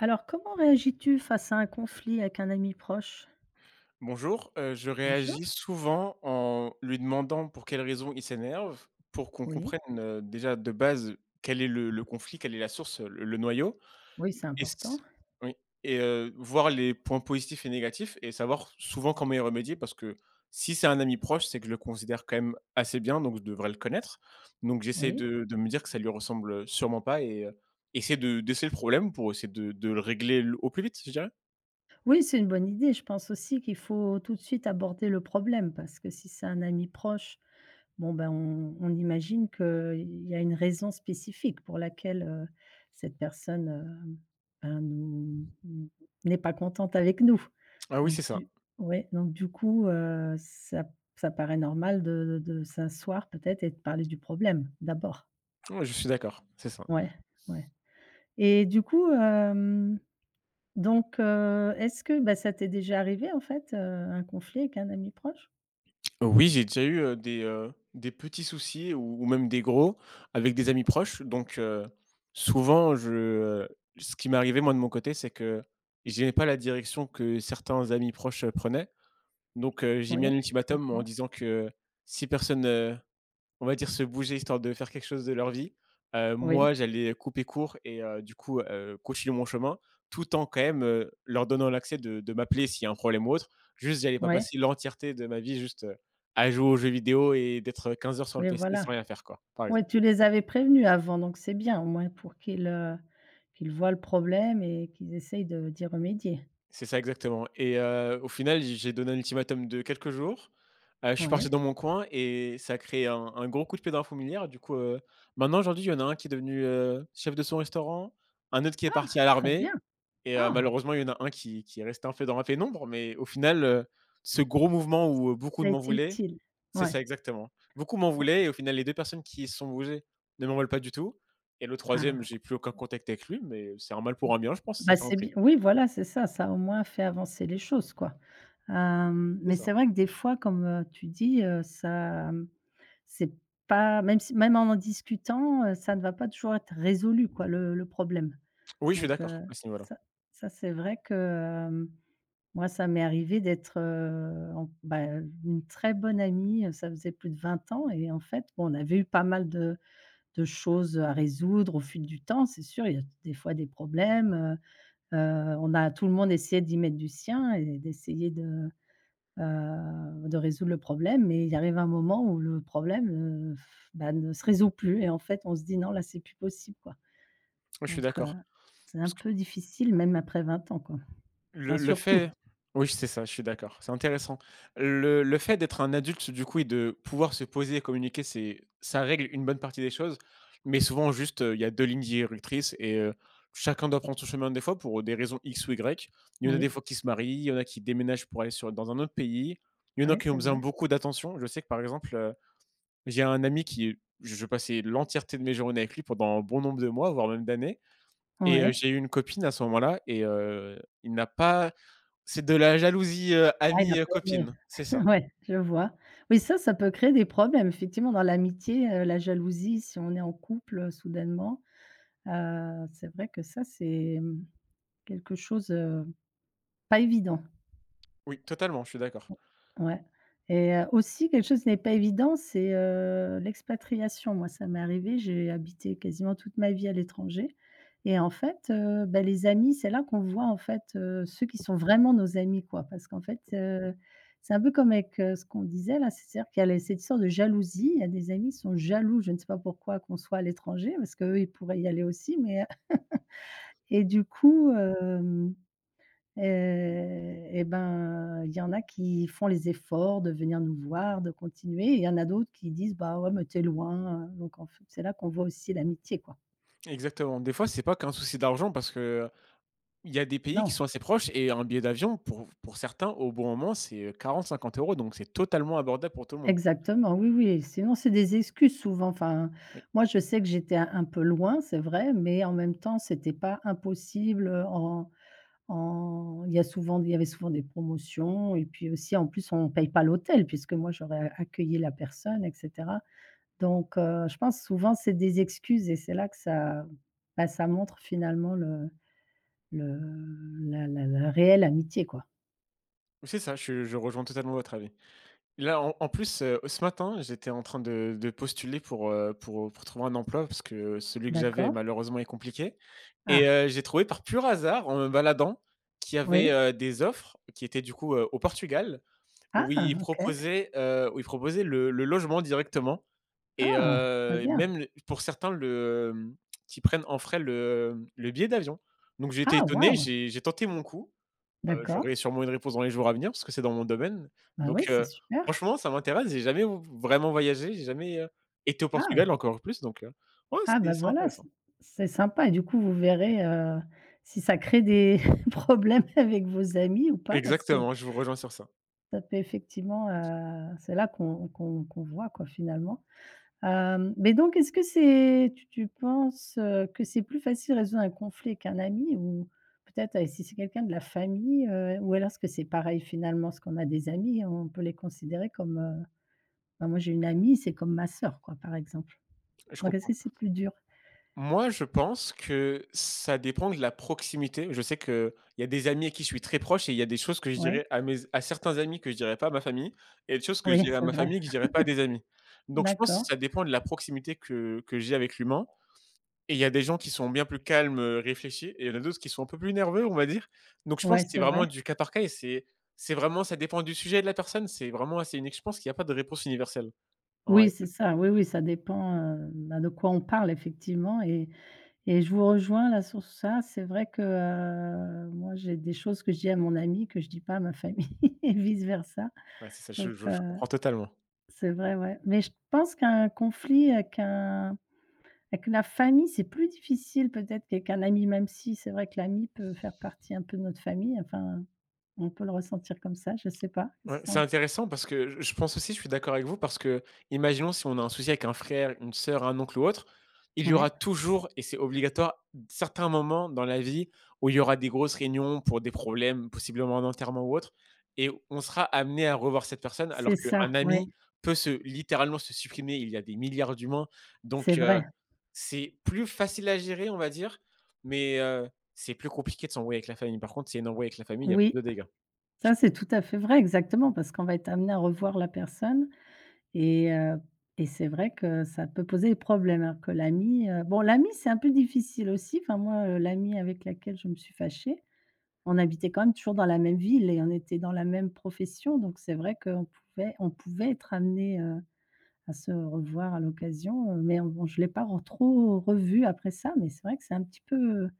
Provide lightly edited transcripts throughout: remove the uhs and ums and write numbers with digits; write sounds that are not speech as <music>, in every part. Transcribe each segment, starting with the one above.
Alors, comment réagis-tu face à un conflit avec un ami proche? Bonjour, je Bonjour. réagis souvent en lui demandant pour quelle raison il s'énerve, pour qu'on Oui, comprenne, déjà de base quel est le conflit, quelle est la source, le noyau oui, c'est et s important. oui et voir les points positifs et négatifs et savoir souvent comment y remédier parce que si c'est un ami proche, c'est que je le considère quand même assez bien, donc je devrais le connaître. Donc j'essaie Oui. de me dire que ça lui ressemble, sûrement pas et essayer de d'essayer le problème pour essayer de le régler le au plus vite, je dirais. Oui, c'est une bonne idée. Je pense aussi qu'il faut tout de suite aborder le problème parce que si c'est un ami proche, bon, ben, on imagine qu'il y a une raison spécifique pour laquelle cette personne ben, n'est pas contente avec nous. Ah oui, c'est Donc, ça. Ouais, donc, du coup, ça paraît normal de s'asseoir peut-être et de parler du problème d'abord. Ouais, je suis d'accord, c'est ça. Ouais, ouais et du coup, donc est-ce que, bah, ça t'est déjà arrivé en fait, un conflit avec un ami proche? Oui, j'ai déjà eu, des petits soucis ou même des gros avec des amis proches donc souvent ce qui m'est arrivé moi de mon côté, c'est que j'aimais pas la direction que certains amis proches, prenaient donc j'ai mis un Oui, je ultimatum en comprends. disant que si personne, on va dire se bouger histoire de faire quelque chose de leur vie. Oui, Moi, j'allais couper court et du coup, continuer mon chemin, tout en quand même, leur donnant l'accès de m'appeler s'il y a un problème ou autre. Juste, j'allais pas ouais, passer l'entièreté de ma vie juste, à jouer aux jeux vidéo et d'être, 15 heures sur le oui, PC sans voilà. rien faire quoi, par Ouais, exemple. tu les avais prévenus avant, donc c'est bien au moins pour qu'ils voient le problème et qu'ils essayent de d'y remédier. C'est ça exactement et au final, j'ai donné un ultimatum de quelques jours. Je suis parti Ouais. dans mon coin et ça a créé un gros coup de pied dans la fourmilière. Du coup, maintenant aujourd'hui, il y en a un qui est devenu, chef de son restaurant, un autre qui est parti Ah! à Très bien. l'armée et Ah! malheureusement, il y en a un qui est resté un peu dans la pénombre. Mais au final, ce gros mouvement où, beaucoup Ça a m'en été voulaient utile. c'est Ouais. ça exactement. Beaucoup m'en voulaient et au final, les 2 personnes qui se sont bougées ne m'en veulent pas du tout et le troisième, Ah. j'ai plus aucun contact avec lui, mais c'est un mal Mmh. pour un bien, je pense, ça Bah, fait un c'est tri. bi oui, voilà, c'est ça, ça a au moins fait avancer les choses, quoi. Hem, C'est mais ça. c'est vrai que des fois, comme, tu dis, c'est pas même si même en discutant, ça ne va pas toujours être résolu, quoi, le problème. Oui, je suis Donc, d'accord à ce niveau-là. ça ça c'est vrai que, moi, ça m'est arrivé d'être, en bah, une très bonne amie, ça faisait plus de 20 ans et en fait, bon, on avait eu pas mal de choses, à résoudre au fil du temps, c'est sûr. Il y a des fois des problèmes. Heu, on a tout le monde essayé d'y mettre du sien et d'essayer de résoudre le problème, mais il arrive un moment où le problème, heu, bah, ne se résout plus et en fait, on se dit: «Non, là, c'est plus possible, quoi». Oui, je suis Donc, d'accord. c'est un Parce que peu difficile même après 20 ans, quoi. Enfin, le surtout. fait oui, c'est ça, je suis d'accord, c'est intéressant. Le fait d'être un adulte, du coup, et de pouvoir se poser et communiquer, c'est ça règle une bonne partie des choses, mais souvent juste, il y a 2 lignes directrices et chacun doit prendre son chemin des fois pour des raisons X ou Y. Il y en a des Oui, fois qui se marient, il y en a qui déménagent pour aller sur dans un autre pays, il y en a ouais, qui ont c'est besoin vrai. beaucoup d'attention. Je sais que, par exemple, j'ai un ami qui je passais l'entièreté de mes journées avec lui pendant un bon nombre de mois, voire même d'années. Et Ouais. j'ai eu une copine à ce moment-là et il n'a pas c'est de la jalousie, Ah, il amie, a pas aimé. copine. C'est ça. <laughs> Ouais, je vois. Oui, ça peut créer des problèmes effectivement dans l'amitié, la jalousie, si on est en couple, soudainement, c'est vrai que ça, c'est, quelque chose, pas évident. Oui, totalement, je suis d'accord. Ouais et aussi quelque chose qui n'est pas évident, c'est, l'expatriation. Moi, ça m'est arrivé, j'ai habité quasiment toute ma vie à l'étranger et en fait, bah, les amis, c'est là qu'on voit, en fait, ceux qui sont vraiment nos amis, quoi. Parce qu'en fait, c'est un peu comme avec, ce qu'on disait là, c'est-à-dire qu'il y a les cette histoire de jalousie. Il y a des amis qui sont jaloux, je ne sais pas pourquoi, qu'on soit à l'étranger, parce qu'eux, ils pourraient y aller aussi mais <laughs> et du coup, Heu et ben, il y en a qui font les efforts de venir nous voir, de continuer et il y en a d'autres qui disent: «Bah, ouais, mais t'es loin», donc en fait, c'est là qu'on voit aussi l'amitié, quoi. Exactement. Des fois, c'est pas qu'un souci d'argent parce que il y a des pays qui Non, sont assez proches et un billet d'avion pour certains, au bon moment, c'est, quarante cinquante euros. Donc c'est totalement abordable pour tout le monde. exactement, oui, oui, sinon c'est des excuses souvent, enfin, moi je sais que j'étais un peu loin, c'est vrai, mais en même temps, c'était pas impossible, en en il y avait souvent des promotions et puis aussi, en plus, on paye pas l'hôtel puisque moi j'aurais accueilli la personne et cetera. Donc je pense souvent c'est des excuses et c'est là que ça bah, ça montre finalement le la réelle amitié, quoi. Oui, c'est ça, je rejoins totalement votre avis. Là, en plus, ce matin, j'étais en train de postuler pour trouver un emploi parce que celui que j'avais, D'accord. malheureusement, est compliqué et Ah, j'ai trouvé par pur hasard, en me baladant, qu'il y avait, oui. Des offres qui étaient, du coup, au Portugal Ah, OK. Où ils proposaient le logement directement et Ah, très bien. même le pour certains, le, qui prennent en frais le billet d'avion. Donc j'ai été Ah, étonné, waouh! j'ai tenté mon coup. D'accord. J'aurai sûrement une réponse dans les jours à venir parce que c'est dans mon domaine. Bah, Donc oui, c'est super. franchement, ça m'intéresse. J'ai jamais v vraiment voyagé, j'ai jamais, été au Portugal Ah, encore plus donc ouais, ah, bah, c'est voilà, intéressant. c'est sympa et du coup vous verrez, si ça crée des <laughs> problèmes avec vos amis ou pas parce que Exactement, je vous rejoins sur ça. ça peut effectivement, c'est là qu'on voit, quoi, finalement. Mais donc est-ce que c'est tu tu penses, que c'est plus facile de résoudre un conflit qu'un ami ou peut-être, si c'est quelqu'un de la famille, ou alors est-ce que c'est pareil finalement? Ce qu'on a des amis, on peut les considérer comme, bah, moi j'ai une amie, c'est comme ma sœur quoi, par exemple. Je Donc est-ce comprends. que c'est plus dur? Moi, je pense que ça dépend de la proximité. Je sais qu'il y a des amis à qui je suis très proche et il y a des choses que je Ouais, dirais à mes à certains amis que je dirais pas à ma famille et des choses que je oui, dirais à c'est ma vrai. famille que je dirais pas à des amis. Donc je pense que D'accord. ça dépend de la proximité que j'ai avec l'humain. Et il y a des gens qui sont bien plus calmes, réfléchis et il y en a d'autres qui sont un peu plus nerveux, on va dire. Donc je pense Ouais, que c'est c'est vraiment vrai. du cas par cas et c'est vraiment ça dépend du sujet et de la personne, c'est vraiment assez unique. Je pense qu'il y a pas de réponse universelle. Ouais, Oui, c'est ça, oui, oui, ça dépend, bah, de quoi on parle effectivement et je vous rejoins là sur ça. C'est vrai que, moi, j'ai des choses que je dis à mon ami que je dis pas à ma famille <laughs> et vice versa. ouais, c'est ça, je Donc, je je comprends totalement. c'est vrai, ouais. Mais je pense qu'un conflit avec un avec la famille, c'est plus difficile peut-être qu'avec un ami, même si c'est vrai que l'ami peut faire partie un peu de notre famille. Enfin, on peut le ressentir comme ça, je sais pas. Qu'est-ce Ouais, que tu c'est en intéressant parce que je pense aussi, je suis d'accord avec vous, parce que imaginons si on a un souci avec un frère, une sœur, un oncle ou autre, il y aura Ouais, toujours, et c'est obligatoire, certains moments dans la vie où il y aura des grosses réunions pour des problèmes, possiblement d'enterrement ou autre, et on sera amené à revoir cette personne, alors c'est qu'un ça, oui, ami peut se littéralement se supprimer. Il y a des milliards d'humains, donc c'est vrai. c'est plus facile à gérer, on va dire, mais c'est plus compliqué de s'embrouiller avec la famille. Par contre, s'il y a une embrouille avec la famille, il y a plus Oui, de dégâts. ça, c'est tout à fait vrai, exactement, parce qu'on va être amené à revoir la personne. Et heu et c'est vrai que ça peut poser des problèmes. Alors que l'ami, bon l'ami c'est un peu difficile aussi, enfin moi, l'amie avec laquelle je me suis fâchée, on habitait quand même toujours dans la même ville et on était dans la même profession, donc c'est vrai qu'on pouvait on pouvait être amené à se revoir à l'occasion, mais on bon je ne l'ai pas re trop revu après ça, mais c'est vrai que c'est un petit peu, heu,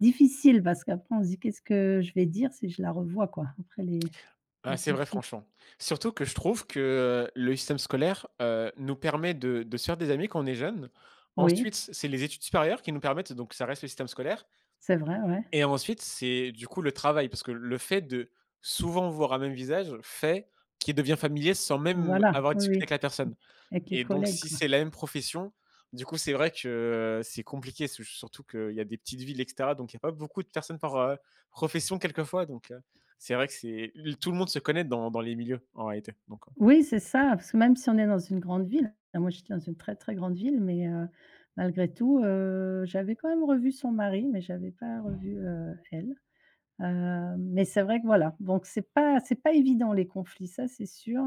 difficile parce qu'après on se dit: «Qu'est-ce que je vais dire si je la revois?» quoi, après les Ah, le c'est vrai conflit. franchement. Surtout que je trouve que, le système scolaire, nous permet de se faire des amis quand on est jeune. Ensuite, Oui, c'est les études supérieures qui nous permettent donc ça reste le système scolaire c'est vrai, ouais. et ensuite, c'est du coup le travail parce que le fait de souvent voir un même visage fait qu'il devient familier sans même Voilà, avoir oui, discuté avec oui, la personne. avec les Et donc, collègues, si quoi. c'est la même profession, du coup, c'est vrai que c'est compliqué, sou surtout qu'il y a des petites villes et cetera, donc il y a pas beaucoup de personnes par, profession quelquefois, donc c'est vrai que c'est l tout le monde se connaît dans les milieux, en réalité, donc Oui, c'est ça, parce que même si on est dans une grande ville, enfin, moi j'étais dans une très, très grande ville, mais malgré tout, j'avais quand même revu son mari, mais j'avais pas revu, elle. Mais c'est vrai que voilà, donc c'est pas évident les conflits, ça c'est sûr.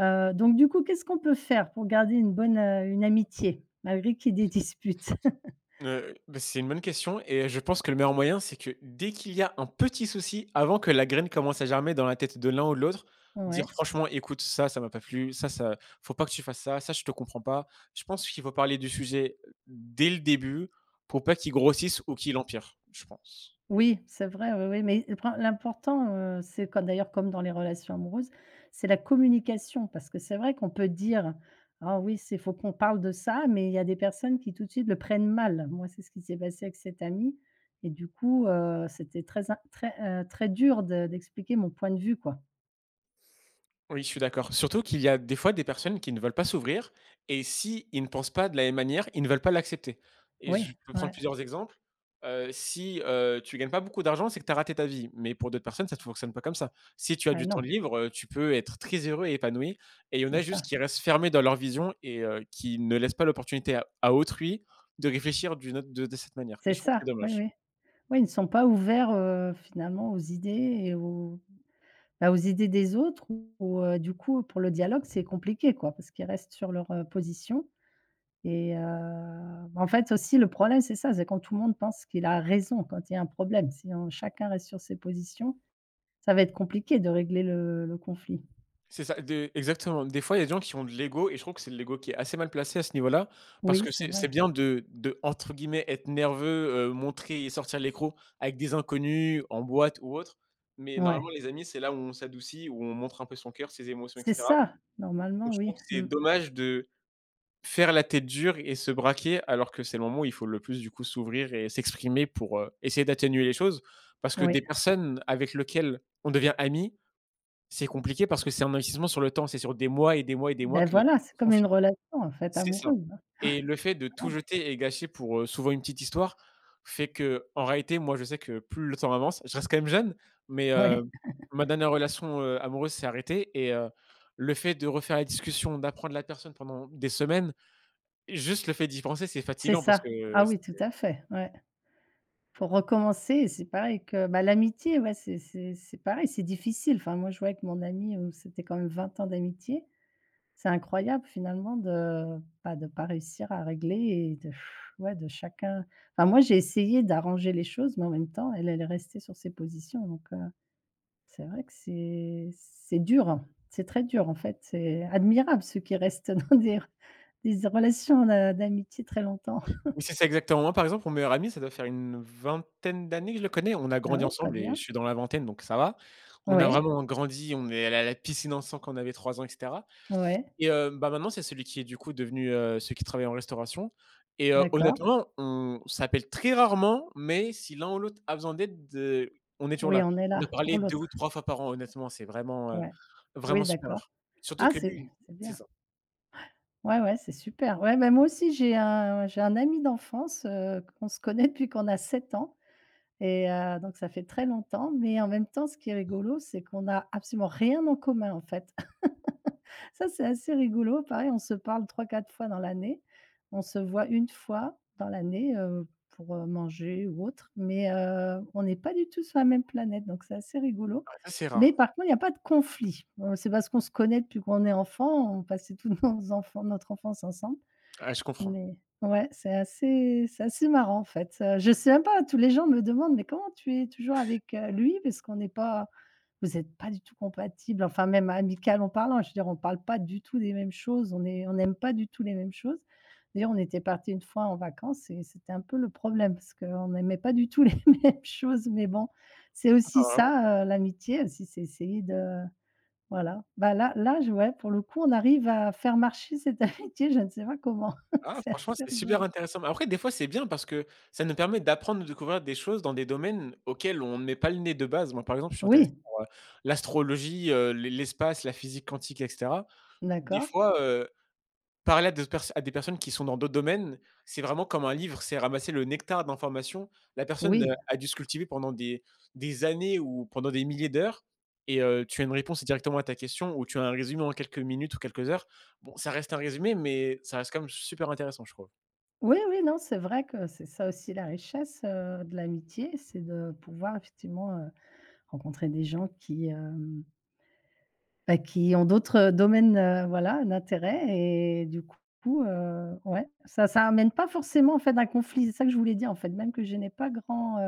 Donc du coup, qu'est-ce qu'on peut faire pour garder une amitié malgré qu'il y ait des disputes? <laughs> C'est une bonne question et je pense que le meilleur moyen, c'est que dès qu'il y a un petit souci, avant que la graine commence à germer dans la tête de l'un ou de l'autre, dire: Ouais. «Franchement, écoute, ça m'a pas plu, ça ça faut pas que tu fasses ça, ça je te comprends pas». Je pense qu'il faut parler du sujet dès le début pour pas qu'il grossisse ou qu'il empire, je pense. Oui, c'est vrai, oui, oui, mais le prin l'important, c'est quand d'ailleurs comme dans les relations amoureuses, c'est la communication parce que c'est vrai qu'on peut dire: «Ah oui, c'est faut qu'on parle de ça», mais il y a des personnes qui tout de suite le prennent mal. Moi, c'est ce qui s'est passé avec cette amie et du coup, c'était très, très dur de d'expliquer mon point de vue, quoi. Oui, je suis d'accord. Surtout qu'il y a des fois des personnes qui ne veulent pas s'ouvrir et si ils ne pensent pas de la même manière, ils ne veulent pas l'accepter et Oui, je peux prendre ouais, plusieurs exemples. Si, tu gagnes pas beaucoup d'argent, c'est que tu as raté ta vie, mais pour d'autres personnes, ça ne fonctionne pas comme ça. Si tu as ah du temps non, libre, tu peux être très heureux et épanoui et il y en c'est a ça, juste qui restent fermés dans leur vision et qui ne laissent pas l'opportunité à autrui de réfléchir d'une autre de cette manière et c'est je trouve que ça, c'est oui, dommage. oui. Oui, ils ne sont pas ouverts, finalement aux idées et aux bah, aux idées des autres ou, du coup, pour le dialogue, c'est compliqué, quoi, parce qu'ils restent sur leur, position et bah, en fait, aussi, le problème, c'est ça, c'est quand tout le monde pense qu'il a raison, quand il y a un problème. Si on chacun reste sur ses positions, ça va être compliqué de régler le conflit. C'est ça, des exactement. Des fois, il y a des gens qui ont de l'ego et je trouve que c'est le l'ego qui est assez mal placé à ce niveau-là parce Oui, que c'est c'est vrai. c'est bien de, entre guillemets, «être nerveux», montrer et sortir l'écrou avec des inconnus, en boîte ou autre. Mais Ouais, normalement, les amis, c'est là où on s'adoucit, où on montre un peu son cœur, ses émotions et c'est cetera. ça, Donc normalement, je trouve oui. que c'est Mmh. dommage de faire la tête dure et se braquer alors que c'est le moment où il faut le plus, du coup, s'ouvrir et s'exprimer pour, essayer d'atténuer les choses. Parce que Oui. des personnes avec lesquelles on devient ami, c'est compliqué parce que c'est un investissement sur le temps, c'est sur des mois et des mois et des mois Ben que les voilà, c'est choses sont comme une faits. relation, en fait, C'est ça amoureuse, hein, et le fait de tout pareil. jeter et gâcher pour, souvent une petite histoire fait que, en réalité, moi, je sais que plus le temps avance je reste quand même jeune, mais Ouais, oui, ma dernière relation, amoureuse s'est arrêtée et le fait de refaire la discussion, d'apprendre la personne pendant des semaines, juste le fait d'y penser, c'est c'est fatigant parce que ça. Ah oui, tout c'est à fait, ouais. Faut voilà. recommencer et c'est pareil que bah, l'amitié, ouais, c'est pareil, c'est difficile. Enfin, moi, je vois avec mon ami, c'était quand même 20 ans d'amitié. C'est incroyable finalement de pas réussir à régler et de ouais, de chacun, enfin, moi, j'ai essayé d'arranger les choses, mais en même temps, elle, elle est restée sur ses positions, donc c'est vrai que c'est dur, hein. C'est très dur, en fait. C'est admirable ceux qui restent <laughs> dans des relations d'amitié très longtemps. Oui, c'est ça exactement. Moi, par exemple, mon meilleur ami, ça doit faire une vingtaine d'années que je le connais. On a Ah grandi ouais, très ensemble et bien. je suis dans la vingtaine, donc ça va. On a Ouais, vraiment grandi, on est allé à la piscine ensemble quand on avait 3 ans et cetera ouais, et maintenant, c'est celui qui est, du coup, devenu, celui qui travaille en restauration et d'accord. honnêtement, on s'appelle très rarement, mais si l'un ou l'autre a besoin d'aide, on est toujours Oui, là. on est On doit là pour parler 2 ou l'autre. 3 fois par an, honnêtement, c'est vraiment, Ouais. vraiment Oui, super d'accord. rare. Surtout Ah, que lui c'est c'est bien. ça. Ouais, ouais, c'est super. Ouais, ben moi aussi, j'ai un ami d'enfance, qu'on se connaît depuis qu'on a 7 ans et donc ça fait très longtemps, mais en même temps, ce qui est rigolo, c'est qu'on a absolument rien en commun, en fait. <laughs> Ça, c'est assez rigolo. Pareil, on se parle trois quatre fois dans l'année. On se voit une fois dans l'année, pour, manger ou autre, mais on n'est pas du tout sur la même planète, donc c'est assez rigolo. Ah, ça, c'est Mais rare. par contre, il n'y a pas de conflit. C'est parce qu'on se connaît depuis qu'on est enfant, on passait toute <laughs> nos enfants notre enfance ensemble. Ah, je comprends. Mais ouais, c'est assez marrant en fait, je sais même pas, tous les gens me demandent: «Mais comment tu es toujours avec, lui? Parce qu'on n'est pas vous êtes pas du tout compatibles», enfin même amicalement parlant, je veux dire on ne parle pas du tout des mêmes choses, on n'aime pas du tout les mêmes choses. D'ailleurs, on était parti une fois en vacances et c'était un peu le problème parce qu'on n'aimait pas du tout les <laughs> mêmes choses, mais bon, c'est aussi Ah, ça, l'amitié aussi, c'est essayer de voilà. Bah, là là je ouais, pour le coup, on arrive à faire marcher cette <laughs> amitié, je ne sais pas comment. <laughs> Ah, C'est franchement, assez c'est super rigolo. intéressant. Mais après, des fois, c'est bien parce que ça nous permet d'apprendre, de découvrir des choses dans des domaines auxquels on ne met pas le nez de base. Moi, par exemple, je suis intéressé Oui, par, l'astrologie, l'espace, la physique quantique et cetera. Des d'accord. fois, euh, parler à des pers à des personnes qui sont dans d'autres domaines, c'est vraiment comme un livre, c'est ramasser le nectar d'informations. La personne, Oui. a dû se cultiver pendant des années ou pendant des milliers d'heures et tu as une réponse directement à ta question ou tu as un résumé en quelques minutes ou quelques heures. Bon, ça reste un résumé, mais ça reste quand même super intéressant, je trouve. Oui, oui, non, c'est vrai que c'est ça aussi la richesse, de l'amitié, c'est de pouvoir effectivement, rencontrer des gens bah, qui ont d'autres domaines, voilà, d'intérêt et du coup, ouais, ça amène pas forcément en fait un conflit, c'est ça que je voulais dire en fait, même que je n'ai pas grand,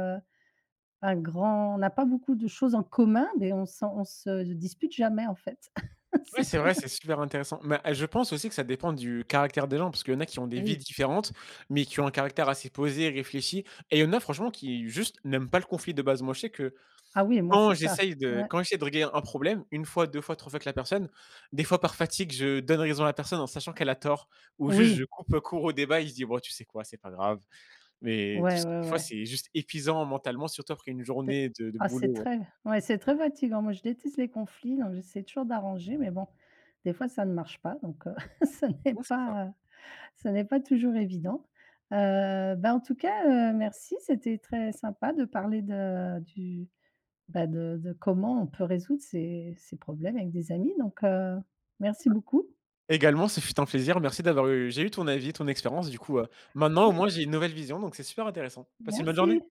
Un grand on n'a pas beaucoup de choses en commun, mais on se dispute jamais, en fait. <laughs> Ouais, C'est c'est très vrai, c'est in super intéressant. Mais, je pense aussi que ça dépend du caractère des gens parce qu'il y en a qui ont des vies Oui. différentes, mais qui ont un caractère assez posé, réfléchi et il y en a franchement qui juste n'aiment pas le conflit de base. Moi, je sais que Ah oui, moi, c'est ça. Ouais. quand j'essaie de régler un problème, une fois, 2 fois, 3 fois avec la personne, des fois par fatigue, je donne raison à la personne en sachant qu'elle a tort ou juste Oui. je coupe, court au débat et je dis: «Bon, tu sais quoi? C'est pas grave». Mais Ouais, parce que des ouais, fois, ouais. c'est juste épuisant mentalement, surtout après une C'est journée de Ah, boulot, hein. C'est très fatigant. Moi, je déteste les conflits, donc j'essaie toujours d'arranger, mais bon, des fois, ça ne marche pas, donc ce <laughs> n'est Ouais, c'est ça. pas, ce n'est pas toujours évident. Bah, en tout cas, merci, c'était très sympa de parler de du bah, de comment on peut résoudre ces problèmes avec des amis donc merci beaucoup. Également, ce fut un plaisir. Merci d'avoir eu j'ai eu ton avis, ton expérience. Du coup, maintenant, au Ouais, moins, j'ai une nouvelle vision, donc c'est super intéressant. Passe une bonne journée. merci.